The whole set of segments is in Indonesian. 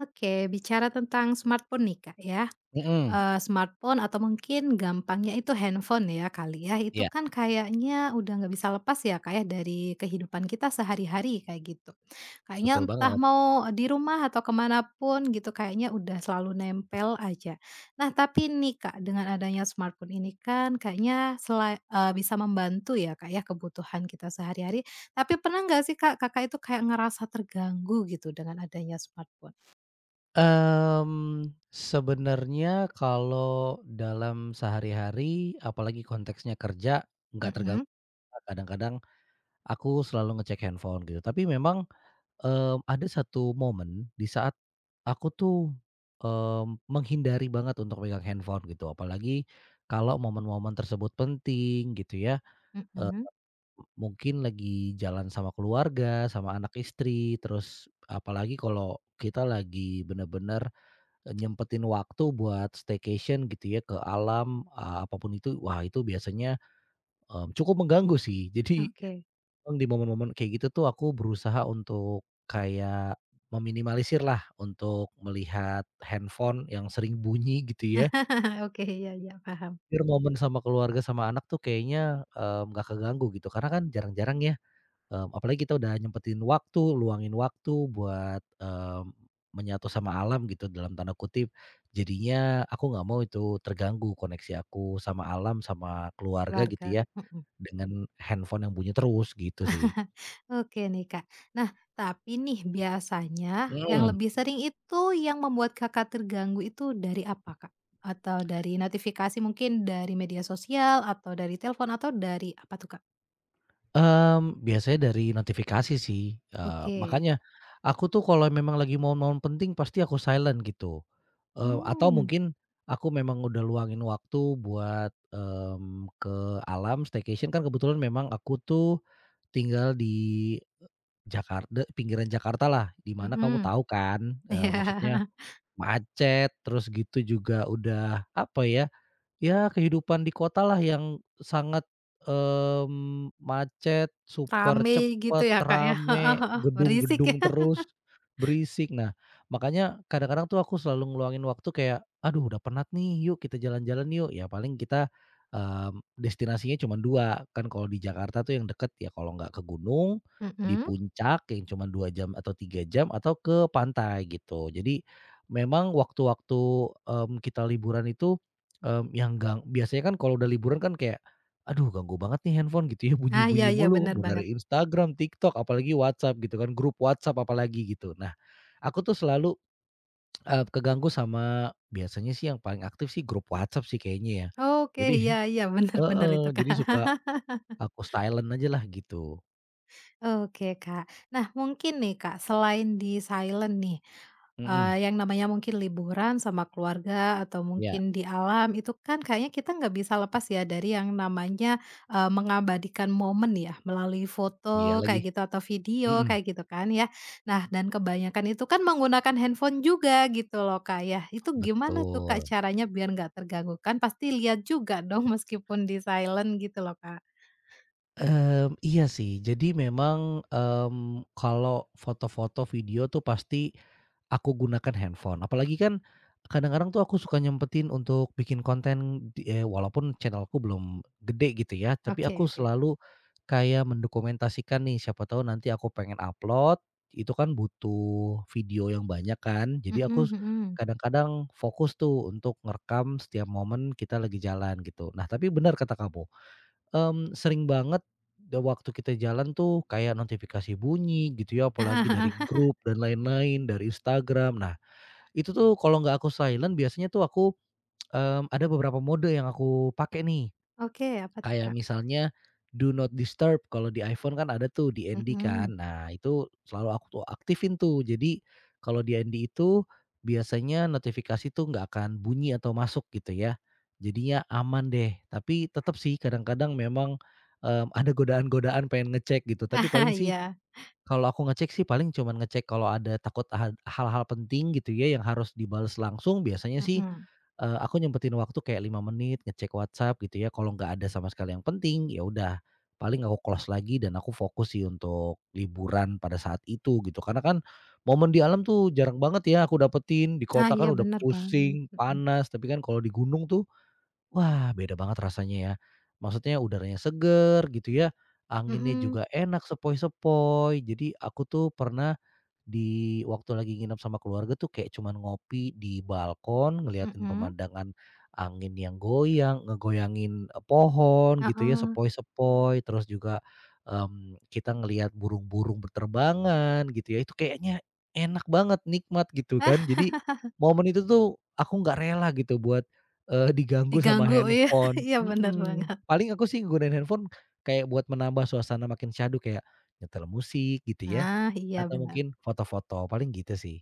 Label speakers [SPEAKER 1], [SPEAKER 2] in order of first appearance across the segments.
[SPEAKER 1] Oke, bicara tentang smartphone nih Kak ya,
[SPEAKER 2] Mhm,
[SPEAKER 1] smartphone atau mungkin gampangnya itu handphone ya kali ya, itu
[SPEAKER 2] iya,
[SPEAKER 1] kan kayaknya udah nggak bisa lepas ya Kak ya dari kehidupan kita sehari-hari kayak gitu. Kayaknya
[SPEAKER 2] betul
[SPEAKER 1] entah
[SPEAKER 2] banget.
[SPEAKER 1] mau di rumah atau ke pun gitu kayaknya udah selalu nempel aja. Nah tapi nih Kak, dengan adanya smartphone ini kan kayaknya bisa membantu ya Kak ya kebutuhan kita sehari-hari, tapi pernah nggak sih Kak, Kakak itu kayak ngerasa terganggu gitu dengan adanya smartphone?
[SPEAKER 2] Mmm, sebenarnya kalau dalam sehari-hari, apalagi konteksnya kerja, nggak
[SPEAKER 1] Mhm.
[SPEAKER 2] terganggu Kak, kadang-kadang aku selalu ngecek handphone gitu. Tapi memang, ada satu momen di saat aku tuh, menghindari banget untuk megang handphone gitu, apalagi kalau momen-momen tersebut penting gitu ya. eee
[SPEAKER 1] Mhm,
[SPEAKER 2] Mungkin lagi jalan sama keluarga, sama anak istri, terus apalagi kalau kita lagi bener-bener nyempetin waktu buat staycation gitu ya ke alam, apapun itu, wah itu biasanya, cukup mengganggu sih. Jadi
[SPEAKER 1] oke.
[SPEAKER 2] memang di momen-momen kayak gitu tuh aku berusaha untuk kayak meminimalisir lah untuk melihat handphone yang sering bunyi gitu ya,
[SPEAKER 1] Oke, iya iya, paham,
[SPEAKER 2] biar momen sama keluarga sama anak tuh kayaknya, nggak keganggu gitu. Karena kan jarang-jarang ya. Mmm, apalagi kita udah nyempetin waktu, luangin waktu buat, menyatu sama alam gitu dalam tanda kutip. Jadinya aku nggak mau itu terganggu koneksi aku sama alam, sama keluarga gitu
[SPEAKER 1] keluarga,
[SPEAKER 2] ya,
[SPEAKER 1] mhm.
[SPEAKER 2] dengan handphone yang bunyi terus gitu sih.
[SPEAKER 1] Oke nih, Kak. Nah, tapi nih biasanya yang
[SPEAKER 2] Mmm.
[SPEAKER 1] lebih sering itu yang membuat Kakak terganggu itu dari apa, Kak? Atau dari notifikasi mungkin dari media sosial atau dari telepon atau dari apa tuh, Kak?
[SPEAKER 2] Mmm, biasanya dari notifikasi sih,
[SPEAKER 1] Oke,
[SPEAKER 2] makanya aku tuh kalau memang lagi momen-momen penting pasti aku silent gitu, atau
[SPEAKER 1] hmm
[SPEAKER 2] mungkin aku memang udah luangin waktu buat, ke alam staycation kan kebetulan memang aku tuh tinggal di Jakar de pinggiran Jakarta lah, di mana kamu
[SPEAKER 1] mhm,
[SPEAKER 2] tahu kan, maksudnya
[SPEAKER 1] ya
[SPEAKER 2] macet terus gitu juga udah apa ya. Ya kehidupan di kota lah yang sangat, macet, super
[SPEAKER 1] rame gitu
[SPEAKER 2] cepet,
[SPEAKER 1] ya, Kak, ya,
[SPEAKER 2] rame,
[SPEAKER 1] berisik ya.
[SPEAKER 2] gedung-gedung terus, berisik. Nah, makanya kadang-kadang tuh aku selalu ngeluangin waktu kayak, "Aduh udah penat nih, yuk kita jalan-jalan yuk." Ya paling kita, destinasinya cuman dua, kan kalau di Jakarta tuh yang deket ya kalau nggak ke gunung, di
[SPEAKER 1] Mhm,
[SPEAKER 2] puncak yang cuman 2 jam atau 3 jam atau ke pantai gitu. Jadi memang waktu-waktu, kita liburan itu Mmm, yang gang biasanya kan kalau udah liburan kan kayak, "Aduh ganggu banget nih handphone," gitu ya,
[SPEAKER 1] ah, iya
[SPEAKER 2] bunyi-bunyi
[SPEAKER 1] iya,
[SPEAKER 2] mulu,
[SPEAKER 1] benar
[SPEAKER 2] mau
[SPEAKER 1] banget.
[SPEAKER 2] dari Instagram, TikTok, apalagi WhatsApp gitu kan, grup WhatsApp apalagi gitu. Nah, aku tuh selalu keganggu sama biasanya sih yang paling aktif sih grup WhatsApp sih kayaknya ya.
[SPEAKER 1] Oke,
[SPEAKER 2] Jadi
[SPEAKER 1] iya iya, benar-benar
[SPEAKER 2] heeh,
[SPEAKER 1] itu, Kak.
[SPEAKER 2] jadi suka aku silent ajalah gitu.
[SPEAKER 1] Oke, Kak. Nah, mungkin nih, Kak, selain di silent nih,
[SPEAKER 2] Mhm,
[SPEAKER 1] yang namanya mungkin liburan sama keluarga atau
[SPEAKER 2] iya
[SPEAKER 1] mungkin di alam itu kan kayaknya kita nggak bisa lepas ya dari yang namanya, mengabadikan momen ya melalui
[SPEAKER 2] iya
[SPEAKER 1] foto
[SPEAKER 2] lagi,
[SPEAKER 1] kayak gitu atau video
[SPEAKER 2] mhm,
[SPEAKER 1] kayak gitu kan ya. Nah, dan kebanyakan itu kan menggunakan handphone juga gitu loh, Kak, ya. Itu gimana tuh, Kak,
[SPEAKER 2] betul.
[SPEAKER 1] caranya biar nggak terganggu? Kan pasti lihat juga dong meskipun di silent gitu loh, Kak.
[SPEAKER 2] Mmm, iya sih, jadi memang, kalau foto-foto, video tuh pasti aku gunakan handphone, apalagi kan kadang-kadang tuh aku suka nyempetin untuk bikin konten di walaupun channelku belum gede gitu ya, tapi
[SPEAKER 1] Oke
[SPEAKER 2] aku
[SPEAKER 1] oke.
[SPEAKER 2] selalu kayak mendokumentasikan nih, siapa tahu nanti aku pengen upload, itu kan butuh video yang banyak kan.
[SPEAKER 1] Mhm mhm.
[SPEAKER 2] Kadang-kadang fokus tuh untuk ngerekam setiap momen kita lagi jalan gitu. Nah, tapi benar kata kamu, sering banget da waktu kita jalan tuh kayak notifikasi bunyi gitu ya,
[SPEAKER 1] Heeh
[SPEAKER 2] apalagi
[SPEAKER 1] heeh.
[SPEAKER 2] dari grup dan lain-lain, dari Instagram. Nah, itu tuh kalau nggak aku silent biasanya tuh aku, ada beberapa mode yang aku pakai nih.
[SPEAKER 1] Oke, apa tuh,
[SPEAKER 2] Kayak
[SPEAKER 1] Kak?
[SPEAKER 2] misalnya do not disturb kalau di iPhone kan ada tuh di DND
[SPEAKER 1] Mhm.
[SPEAKER 2] kan. Nah itu selalu aku tuh aktifin tuh. Jadi kalau di DND itu biasanya notifikasi tuh nggak akan bunyi atau masuk gitu ya. Jadinya aman deh. Tapi tetap sih kadang-kadang memang, ada godaan-godaan pengen ngecek gitu. Tapi
[SPEAKER 1] Ah,
[SPEAKER 2] paling sih
[SPEAKER 1] iya,
[SPEAKER 2] kalau aku ngecek sih paling cuman ngecek kalau ada takut had hal-hal penting gitu ya yang harus dibales langsung biasanya sih.
[SPEAKER 1] mhm.
[SPEAKER 2] Eee, aku nyempetin waktu kayak 5 menit ngecek WhatsApp gitu ya, kalau nggak ada sama sekali yang penting, ya udah paling aku close lagi dan aku fokus sih untuk liburan pada saat itu gitu. Karena kan momen di alam tuh jarang banget ya aku dapetin, di
[SPEAKER 1] Ah,
[SPEAKER 2] kota kan
[SPEAKER 1] iya
[SPEAKER 2] udah
[SPEAKER 1] benar banget,
[SPEAKER 2] pusing,
[SPEAKER 1] mhm.
[SPEAKER 2] panas, tapi kan kalau di gunung tuh, wah beda banget rasanya ya. Maksudnya udaranya seger gitu ya, anginnya
[SPEAKER 1] Mhm
[SPEAKER 2] juga enak sepoi-sepoi. Jadi aku tuh pernah di waktu lagi nginep sama keluarga tuh kayak cuman ngopi di balkon, ngeliatin
[SPEAKER 1] mhm,
[SPEAKER 2] pemandangan angin yang goyang, ngegoyangin, pohon gitu ya,
[SPEAKER 1] heeh.
[SPEAKER 2] sepoi-sepoi, terus juga, kita ngelihat burung-burung berterbangan gitu ya, itu kayaknya enak banget, nikmat gitu kan.
[SPEAKER 1] Ah,
[SPEAKER 2] Jadi momen itu tuh aku nggak rela gitu buat, diganggu sama
[SPEAKER 1] diganggu, ya,
[SPEAKER 2] handphone,
[SPEAKER 1] iya benar
[SPEAKER 2] mhm,
[SPEAKER 1] banget.
[SPEAKER 2] paling aku sih gunain handphone kayak buat menambah suasana makin syahdu kayak nyetel musik gitu ya.
[SPEAKER 1] Ah, iya
[SPEAKER 2] Atau
[SPEAKER 1] benar.
[SPEAKER 2] mungkin foto-foto, paling gitu sih.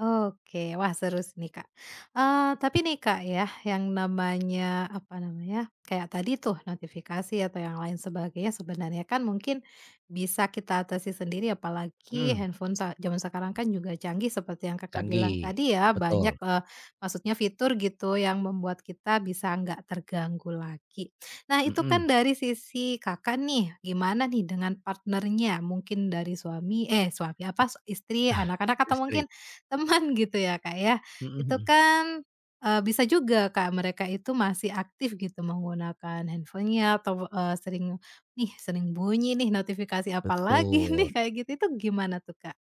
[SPEAKER 1] Oke, wah seru sih nih Kak. Tapi nih Kak ya, yang namanya, apa namanya, kayak tadi tuh notifikasi atau yang lain sebagainya sebenarnya kan mungkin bisa kita atasi sendiri apalagi
[SPEAKER 2] Mhm,
[SPEAKER 1] handphone sa zaman sekarang kan juga canggih seperti yang Kakak bilang
[SPEAKER 2] canggih,
[SPEAKER 1] tadi ya, banyak,
[SPEAKER 2] betul,
[SPEAKER 1] maksudnya fitur gitu yang membuat kita bisa nggak terganggu lagi. Nah itu kan
[SPEAKER 2] mhm.
[SPEAKER 1] dari sisi Kakak nih, gimana nih dengan partnernya? Mungkin dari suami apa, istri, anak-anak, atau mungkin
[SPEAKER 2] Listrik.
[SPEAKER 1] teman gitu ya, Kak, ya.
[SPEAKER 2] Mhm
[SPEAKER 1] Itu
[SPEAKER 2] mhm,
[SPEAKER 1] kan, bisa juga, Kak, mereka itu masih aktif gitu menggunakan handphonenya atau, sering, nih sering bunyi nih notifikasi apa lagi nih?"
[SPEAKER 2] betul.
[SPEAKER 1] Kayak gitu, itu gimana tuh, Kak?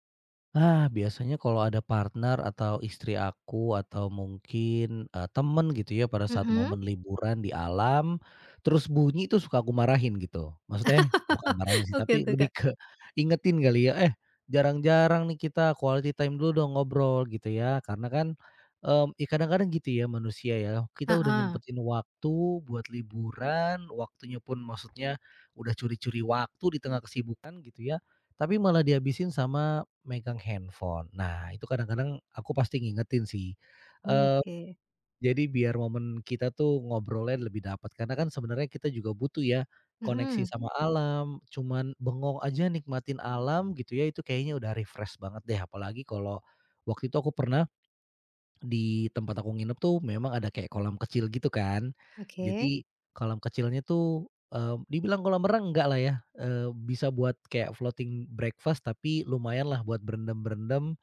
[SPEAKER 2] Ah, biasanya kalau ada partner atau istri aku atau mungkin, temen gitu ya pada saat
[SPEAKER 1] Mhm.
[SPEAKER 2] momen liburan di alam, terus bunyi itu suka aku marahin gitu. Maksudnya bukan marahin sih,
[SPEAKER 1] Oke
[SPEAKER 2] tapi
[SPEAKER 1] tuh,
[SPEAKER 2] lebih
[SPEAKER 1] Kak.
[SPEAKER 2] ke ingetin kali ya, "Eh, jarang-jarang nih kita quality time dulu dong ngobrol," gitu ya. Karena kan, ya kadang-kadang gitu ya manusia ya, kita udah
[SPEAKER 1] Heeh.
[SPEAKER 2] nyempetin waktu buat liburan, waktunya pun maksudnya udah curi-curi waktu di tengah kesibukan gitu ya, tapi malah dihabisin sama megang handphone. Nah, itu kadang-kadang aku pasti ngingetin sih, eee,
[SPEAKER 1] Oke.
[SPEAKER 2] jadi biar momen kita tuh ngobrolnya lebih dapat. Karena kan sebenarnya kita juga butuh ya koneksi
[SPEAKER 1] Mhm.
[SPEAKER 2] sama alam, cuman bengong aja nikmatin alam gitu ya, itu kayaknya udah refresh banget deh, apalagi kalau waktu itu aku pernah di tempat aku nginep tuh memang ada kayak kolam kecil gitu kan.
[SPEAKER 1] Oke.
[SPEAKER 2] Jadi kolam kecilnya tuh, dibilang kolam renang enggak lah ya, bisa buat kayak floating breakfast tapi lumayanlah buat berendam-berendam,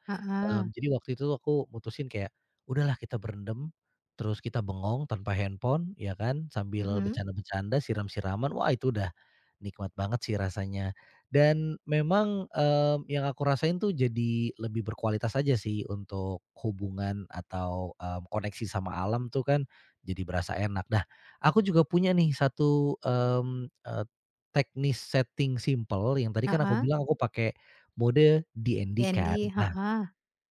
[SPEAKER 1] Heeh.
[SPEAKER 2] jadi waktu itu tuh aku mutusin kayak, "Udahlah kita berendam, terus kita bengong tanpa handphone," ya kan, sambil
[SPEAKER 1] Mhm.
[SPEAKER 2] bercanda-bercanda, siram-siraman, wah itu udah nikmat banget sih rasanya. Dan memang, yang aku rasain tuh jadi lebih berkualitas aja sih untuk hubungan atau, koneksi sama alam tuh kan jadi berasa enak. Nah, aku juga punya nih satu, teknis setting simple yang tadi kan aku
[SPEAKER 1] Heeh.
[SPEAKER 2] bilang aku pakai mode DND kan.
[SPEAKER 1] Candi.
[SPEAKER 2] Nah,
[SPEAKER 1] Heeh.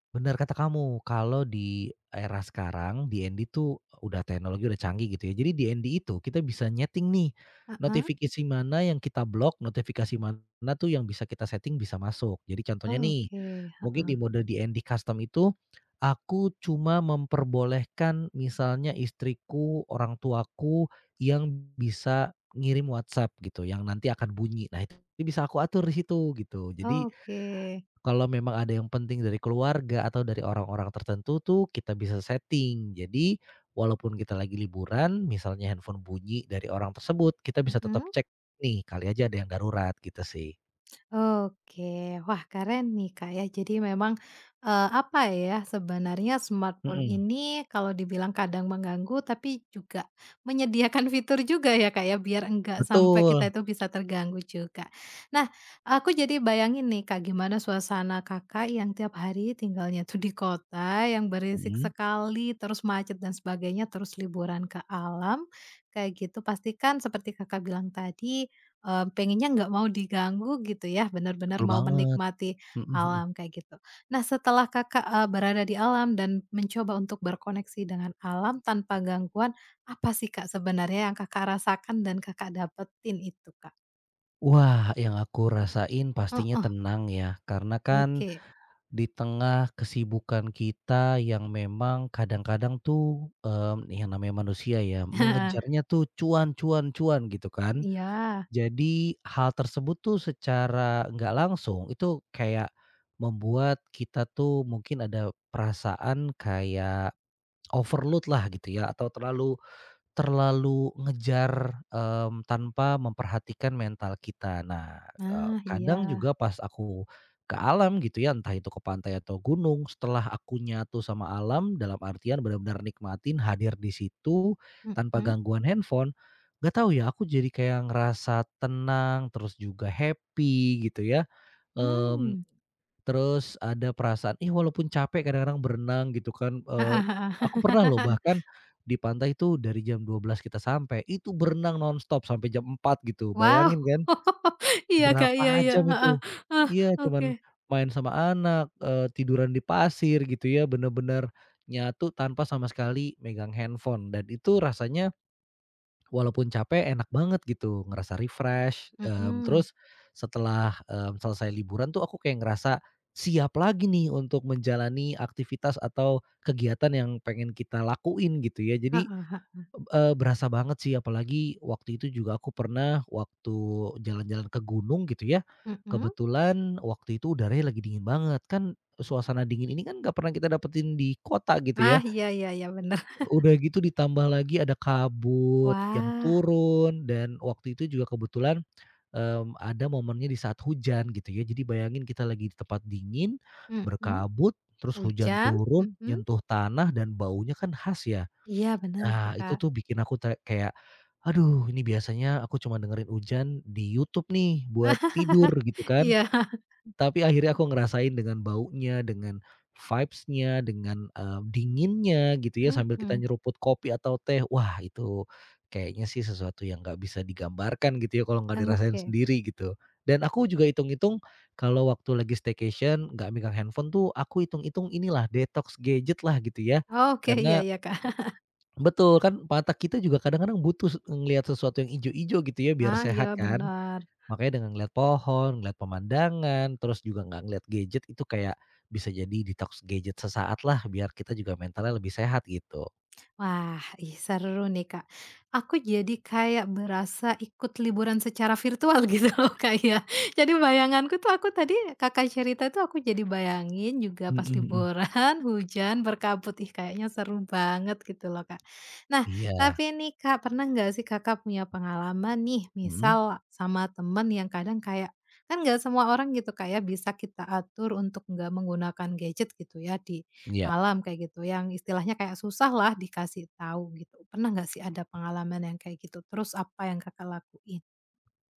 [SPEAKER 2] benar kata kamu, kalau di era sekarang DND tuh udah teknologi udah canggih gitu ya. Jadi DND itu kita bisa nyeting nih,
[SPEAKER 1] Heeh.
[SPEAKER 2] notifikasi mana yang kita blok, notifikasi mana tuh yang bisa kita setting bisa masuk. Jadi contohnya nih,
[SPEAKER 1] Oke.
[SPEAKER 2] mungkin di
[SPEAKER 1] Heeh.
[SPEAKER 2] mode DND custom itu, aku cuma memperbolehkan misalnya istriku, orang tuaku yang bisa ngirim WhatsApp gitu, yang nanti akan bunyi. Nah itu bisa aku atur di situ gitu. Jadi
[SPEAKER 1] Oke.
[SPEAKER 2] kalau memang ada yang penting dari keluarga atau dari orang-orang tertentu tuh kita bisa setting. Jadi, walaupun kita lagi liburan, misalnya handphone bunyi dari orang tersebut, kita bisa tetap
[SPEAKER 1] Mhm.
[SPEAKER 2] cek nih, kali aja ada yang darurat gitu sih.
[SPEAKER 1] Oke, wah keren nih Kak ya. Jadi memang, apa ya, sebenarnya smartphone
[SPEAKER 2] Mhm.
[SPEAKER 1] ini kalau dibilang kadang mengganggu, tapi juga menyediakan fitur juga ya Kak ya, biar enggak sampai kita
[SPEAKER 2] Betul,
[SPEAKER 1] itu bisa terganggu juga. Nah, aku jadi bayangin nih Kak, gimana suasana Kakak yang tiap hari tinggalnya tuh di kota yang berisik
[SPEAKER 2] mhm.
[SPEAKER 1] sekali, terus macet dan sebagainya, terus liburan ke alam, kayak gitu. Pasti kan seperti Kakak bilang tadi. Pengennya nggak mau diganggu gitu ya, benar-benar
[SPEAKER 2] Betul
[SPEAKER 1] mau
[SPEAKER 2] banget.
[SPEAKER 1] menikmati
[SPEAKER 2] Mhm mhm.
[SPEAKER 1] alam kayak gitu. Nah setelah Kakak, berada di alam dan mencoba untuk berkoneksi dengan alam tanpa gangguan, apa sih Kak sebenarnya yang Kakak rasakan dan Kakak dapetin itu Kak?
[SPEAKER 2] Wah, yang aku rasain
[SPEAKER 1] Oh
[SPEAKER 2] pastinya
[SPEAKER 1] oh,
[SPEAKER 2] tenang ya, karena kan
[SPEAKER 1] oke.
[SPEAKER 2] di tengah kesibukan kita yang memang kadang-kadang tuh, yang namanya manusia ya,
[SPEAKER 1] Heeh,
[SPEAKER 2] mengejarnya tuh cuan cuan cuan gitu kan.
[SPEAKER 1] iya.
[SPEAKER 2] Jadi hal tersebut tuh secara nggak langsung itu kayak membuat kita tuh mungkin ada perasaan kayak overload lah gitu ya atau terlalu Terlalu ngejar, tanpa memperhatikan mental kita. Nah,
[SPEAKER 1] Nah, iya.
[SPEAKER 2] kadang juga pas aku ke alam gitu ya, entah itu ke pantai atau gunung, setelah aku nyatu sama alam dalam artian benar-benar nikmatin hadir di situ tanpa
[SPEAKER 1] Mm-mm.
[SPEAKER 2] gangguan handphone, gak tahu ya aku jadi kayak ngerasa tenang, terus juga happy gitu ya,
[SPEAKER 1] Hmm
[SPEAKER 2] mmm
[SPEAKER 1] mmm.
[SPEAKER 2] Terus ada perasaan, ih, walaupun capek kadang-kadang berenang gitu kan,
[SPEAKER 1] Heeh heeh.
[SPEAKER 2] aku pernah loh bahkan di pantai itu dari jam 12.00 kita sampai, itu berenang nonstop sampai jam 4.00 gitu,
[SPEAKER 1] Wow.
[SPEAKER 2] bayangin kan
[SPEAKER 1] Iya Kak, iya
[SPEAKER 2] berapa
[SPEAKER 1] iya,
[SPEAKER 2] jam
[SPEAKER 1] ah
[SPEAKER 2] itu.
[SPEAKER 1] eh,
[SPEAKER 2] Iya,
[SPEAKER 1] oke.
[SPEAKER 2] cuman main sama anak, tiduran di pasir gitu ya, bener-bener nyatu tanpa sama sekali megang handphone dan itu rasanya walaupun capek enak banget gitu, ngerasa refresh,
[SPEAKER 1] Mhm,
[SPEAKER 2] terus setelah, selesai liburan tuh aku kayak ngerasa siap lagi nih untuk menjalani aktivitas atau kegiatan yang pengen kita lakuin gitu ya. Jadi,
[SPEAKER 1] heeh heeh,
[SPEAKER 2] berasa banget sih apalagi waktu itu juga aku pernah waktu jalan-jalan ke gunung gitu ya,
[SPEAKER 1] mhm.
[SPEAKER 2] kebetulan waktu itu udaranya lagi dingin banget. Kan suasana dingin ini kan gak pernah kita dapetin di kota gitu
[SPEAKER 1] Ah,
[SPEAKER 2] ya.
[SPEAKER 1] iya iya iya, bener.
[SPEAKER 2] Udah gitu ditambah lagi ada kabut yang
[SPEAKER 1] Wah,
[SPEAKER 2] turun dan waktu itu juga kebetulan, ada momennya di saat hujan gitu ya. Jadi bayangin kita lagi di tempat dingin,
[SPEAKER 1] mhm,
[SPEAKER 2] berkabut, terus hujan
[SPEAKER 1] hujan,
[SPEAKER 2] turun,
[SPEAKER 1] mhm,
[SPEAKER 2] nyentuh tanah dan baunya kan khas ya.
[SPEAKER 1] iya bener tuh,
[SPEAKER 2] Nah itu
[SPEAKER 1] Kak.
[SPEAKER 2] tuh bikin aku te kayak, "Aduh ini biasanya aku cuma dengerin hujan di YouTube nih buat tidur," gitu kan.
[SPEAKER 1] Iya,
[SPEAKER 2] Tapi akhirnya aku ngerasain dengan baunya, dengan vibes-nya, dengan, dinginnya gitu ya sambil kita
[SPEAKER 1] mhm,
[SPEAKER 2] nyeruput kopi atau teh. Wah itu kayaknya sih sesuatu yang nggak bisa digambarkan gitu ya kalau nggak dirasain
[SPEAKER 1] oke.
[SPEAKER 2] sendiri gitu. Dan aku juga hitung-hitung kalau waktu lagi staycation nggak megang handphone tuh aku hitung-hitung inilah detox gadget lah gitu ya.
[SPEAKER 1] Oke, iya
[SPEAKER 2] Karena
[SPEAKER 1] iya, Kak.
[SPEAKER 2] betul kan mata kita juga kadang-kadang butuh s ngelihat sesuatu yang ijo-ijo gitu ya biar
[SPEAKER 1] Ah, iya
[SPEAKER 2] sehat kan.
[SPEAKER 1] bener.
[SPEAKER 2] Makanya dengan ngelihat pohon, ngelihat pemandangan, terus juga nggak ngelihat gadget itu kayak bisa jadi detox gadget sesaat lah biar kita juga mentalnya lebih sehat gitu.
[SPEAKER 1] Wah, ih seru nih, Kak. Aku jadi kayak berasa ikut liburan secara virtual gitu loh, Kak, ya. Jadi bayanganku tuh aku tadi Kakak cerita tuh aku jadi bayangin juga pas
[SPEAKER 2] Mhm mhm.
[SPEAKER 1] liburan, hujan, berkabut. Ih kayaknya seru banget gitu loh, Kak. Nah,
[SPEAKER 2] Iya,
[SPEAKER 1] tapi nih, Kak, pernah nggak sih Kakak punya pengalaman nih
[SPEAKER 2] mhm,
[SPEAKER 1] misal sama temen yang kadang kayak kan nggak semua orang gitu, Kak, ya bisa kita atur untuk nggak menggunakan gadget gitu ya di
[SPEAKER 2] iya
[SPEAKER 1] alam kayak gitu, yang istilahnya kayak susah lah dikasih tahu gitu. Pernah nggak sih ada pengalaman yang kayak gitu? Terus apa yang Kakak lakuin?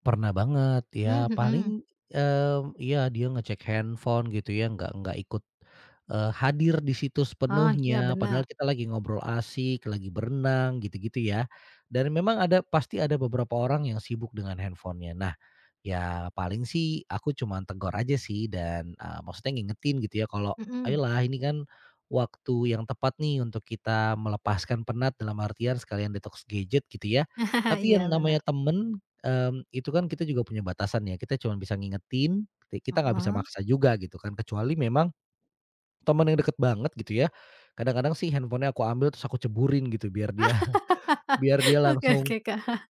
[SPEAKER 2] pernah banget ya,
[SPEAKER 1] Mmm, mhm.
[SPEAKER 2] paling, iya dia ngecek handphone gitu ya nggak ikut, hadir di situ
[SPEAKER 1] Oh, iya
[SPEAKER 2] sepenuhnya padahal
[SPEAKER 1] benar.
[SPEAKER 2] kita lagi ngobrol asyik, lagi berenang gitu-gitu ya, dan memang pasti ada beberapa orang yang sibuk dengan handphone-nya. Nah, ya paling sih aku cuman tegur aja sih dan, maksudnya ngingetin gitu ya kalau,
[SPEAKER 1] Mhm.
[SPEAKER 2] "Ayolah ini kan waktu yang tepat nih untuk kita melepaskan penat dalam artian sekalian detox gadget," gitu ya. Tapi
[SPEAKER 1] Iya
[SPEAKER 2] yang namanya
[SPEAKER 1] bener.
[SPEAKER 2] temen, itu kan kita juga punya batasan ya, kita cuma bisa ngingetin, kita nggak bisa
[SPEAKER 1] Heeh.
[SPEAKER 2] maksa juga gitu kan, kecuali memang temen yang deket banget gitu ya. Kadang-kadang sih handphonenya aku ambil terus aku ceburin gitu biar dia biar dia
[SPEAKER 1] Oke
[SPEAKER 2] langsung
[SPEAKER 1] oke, Kak.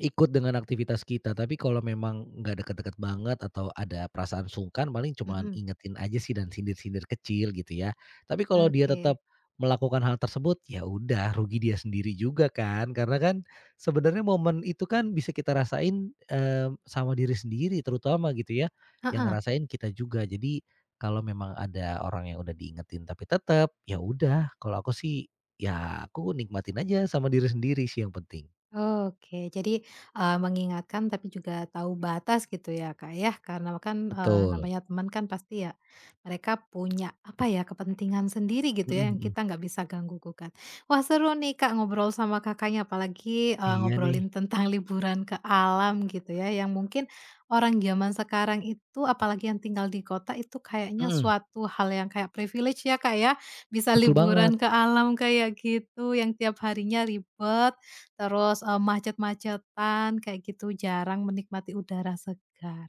[SPEAKER 2] ikut dengan aktivitas kita, tapi kalau memang nggak deket-deket banget atau ada perasaan sungkan paling cuman
[SPEAKER 1] Mhm.
[SPEAKER 2] ingetin aja sih dan sindir-sindir kecil gitu ya. Tapi kalau dia
[SPEAKER 1] Oke.
[SPEAKER 2] tetap melakukan hal tersebut, ya udah rugi dia sendiri juga kan, karena kan sebenarnya momen itu kan bisa kita rasain, sama diri sendiri terutama gitu ya, yang
[SPEAKER 1] Heeh.
[SPEAKER 2] ngerasain kita juga. Jadi kalau memang ada orang yang udah diingetin tapi tetap, ya udah kalau aku sih, ya aku nikmatin aja sama diri sendiri sih yang penting.
[SPEAKER 1] Oke, jadi, mengingatkan tapi juga tahu batas gitu ya, Kak, ya? Karena kan,
[SPEAKER 2] Betul.
[SPEAKER 1] namanya teman kan pasti ya mereka punya, apa ya, kepentingan sendiri gitu
[SPEAKER 2] Mhm
[SPEAKER 1] ya yang
[SPEAKER 2] mhm.
[SPEAKER 1] kita nggak bisa ganggu gugat. Wah, seru nih, Kak, ngobrol sama Kakaknya, apalagi,
[SPEAKER 2] Iya nih.
[SPEAKER 1] ngobrolin tentang liburan ke alam gitu ya, yang mungkin orang zaman sekarang itu apalagi yang tinggal di kota itu kayaknya
[SPEAKER 2] Mhm,
[SPEAKER 1] suatu hal yang kayak privilege ya, Kak, ya? Bisa
[SPEAKER 2] betul banget.
[SPEAKER 1] liburan ke alam kayak gitu yang tiap harinya ribet. Terus, macet-macetan kayak gitu, jarang menikmati udara segar.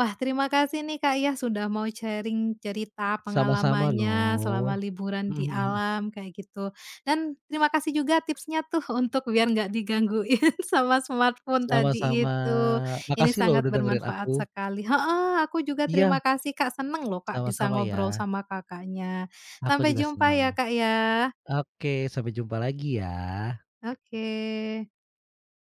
[SPEAKER 1] Wah, terima kasih nih, Kak, ya, sudah mau sharing cerita
[SPEAKER 2] Sama-sama
[SPEAKER 1] pengalamannya selama
[SPEAKER 2] loh.
[SPEAKER 1] liburan
[SPEAKER 2] Mhm
[SPEAKER 1] di
[SPEAKER 2] mhm mhm.
[SPEAKER 1] alam kayak gitu. Dan terima kasih juga tipsnya tuh untuk biar nggak digangguin sama smartphone tadi
[SPEAKER 2] Sama-sama.
[SPEAKER 1] itu. Ini
[SPEAKER 2] Makasih loh
[SPEAKER 1] sangat
[SPEAKER 2] udah dengerin
[SPEAKER 1] bermanfaat
[SPEAKER 2] aku.
[SPEAKER 1] sekali. Heeh, aku juga terima
[SPEAKER 2] Iya,
[SPEAKER 1] kasih, Kak, seneng loh, Kak, bisa
[SPEAKER 2] sama-sama
[SPEAKER 1] ngobrol
[SPEAKER 2] ya.
[SPEAKER 1] sama Kakaknya.
[SPEAKER 2] Aku
[SPEAKER 1] Sampai
[SPEAKER 2] juga
[SPEAKER 1] jumpa
[SPEAKER 2] senang.
[SPEAKER 1] ya, Kak, ya.
[SPEAKER 2] Oke, sampai jumpa lagi ya.
[SPEAKER 1] Oke.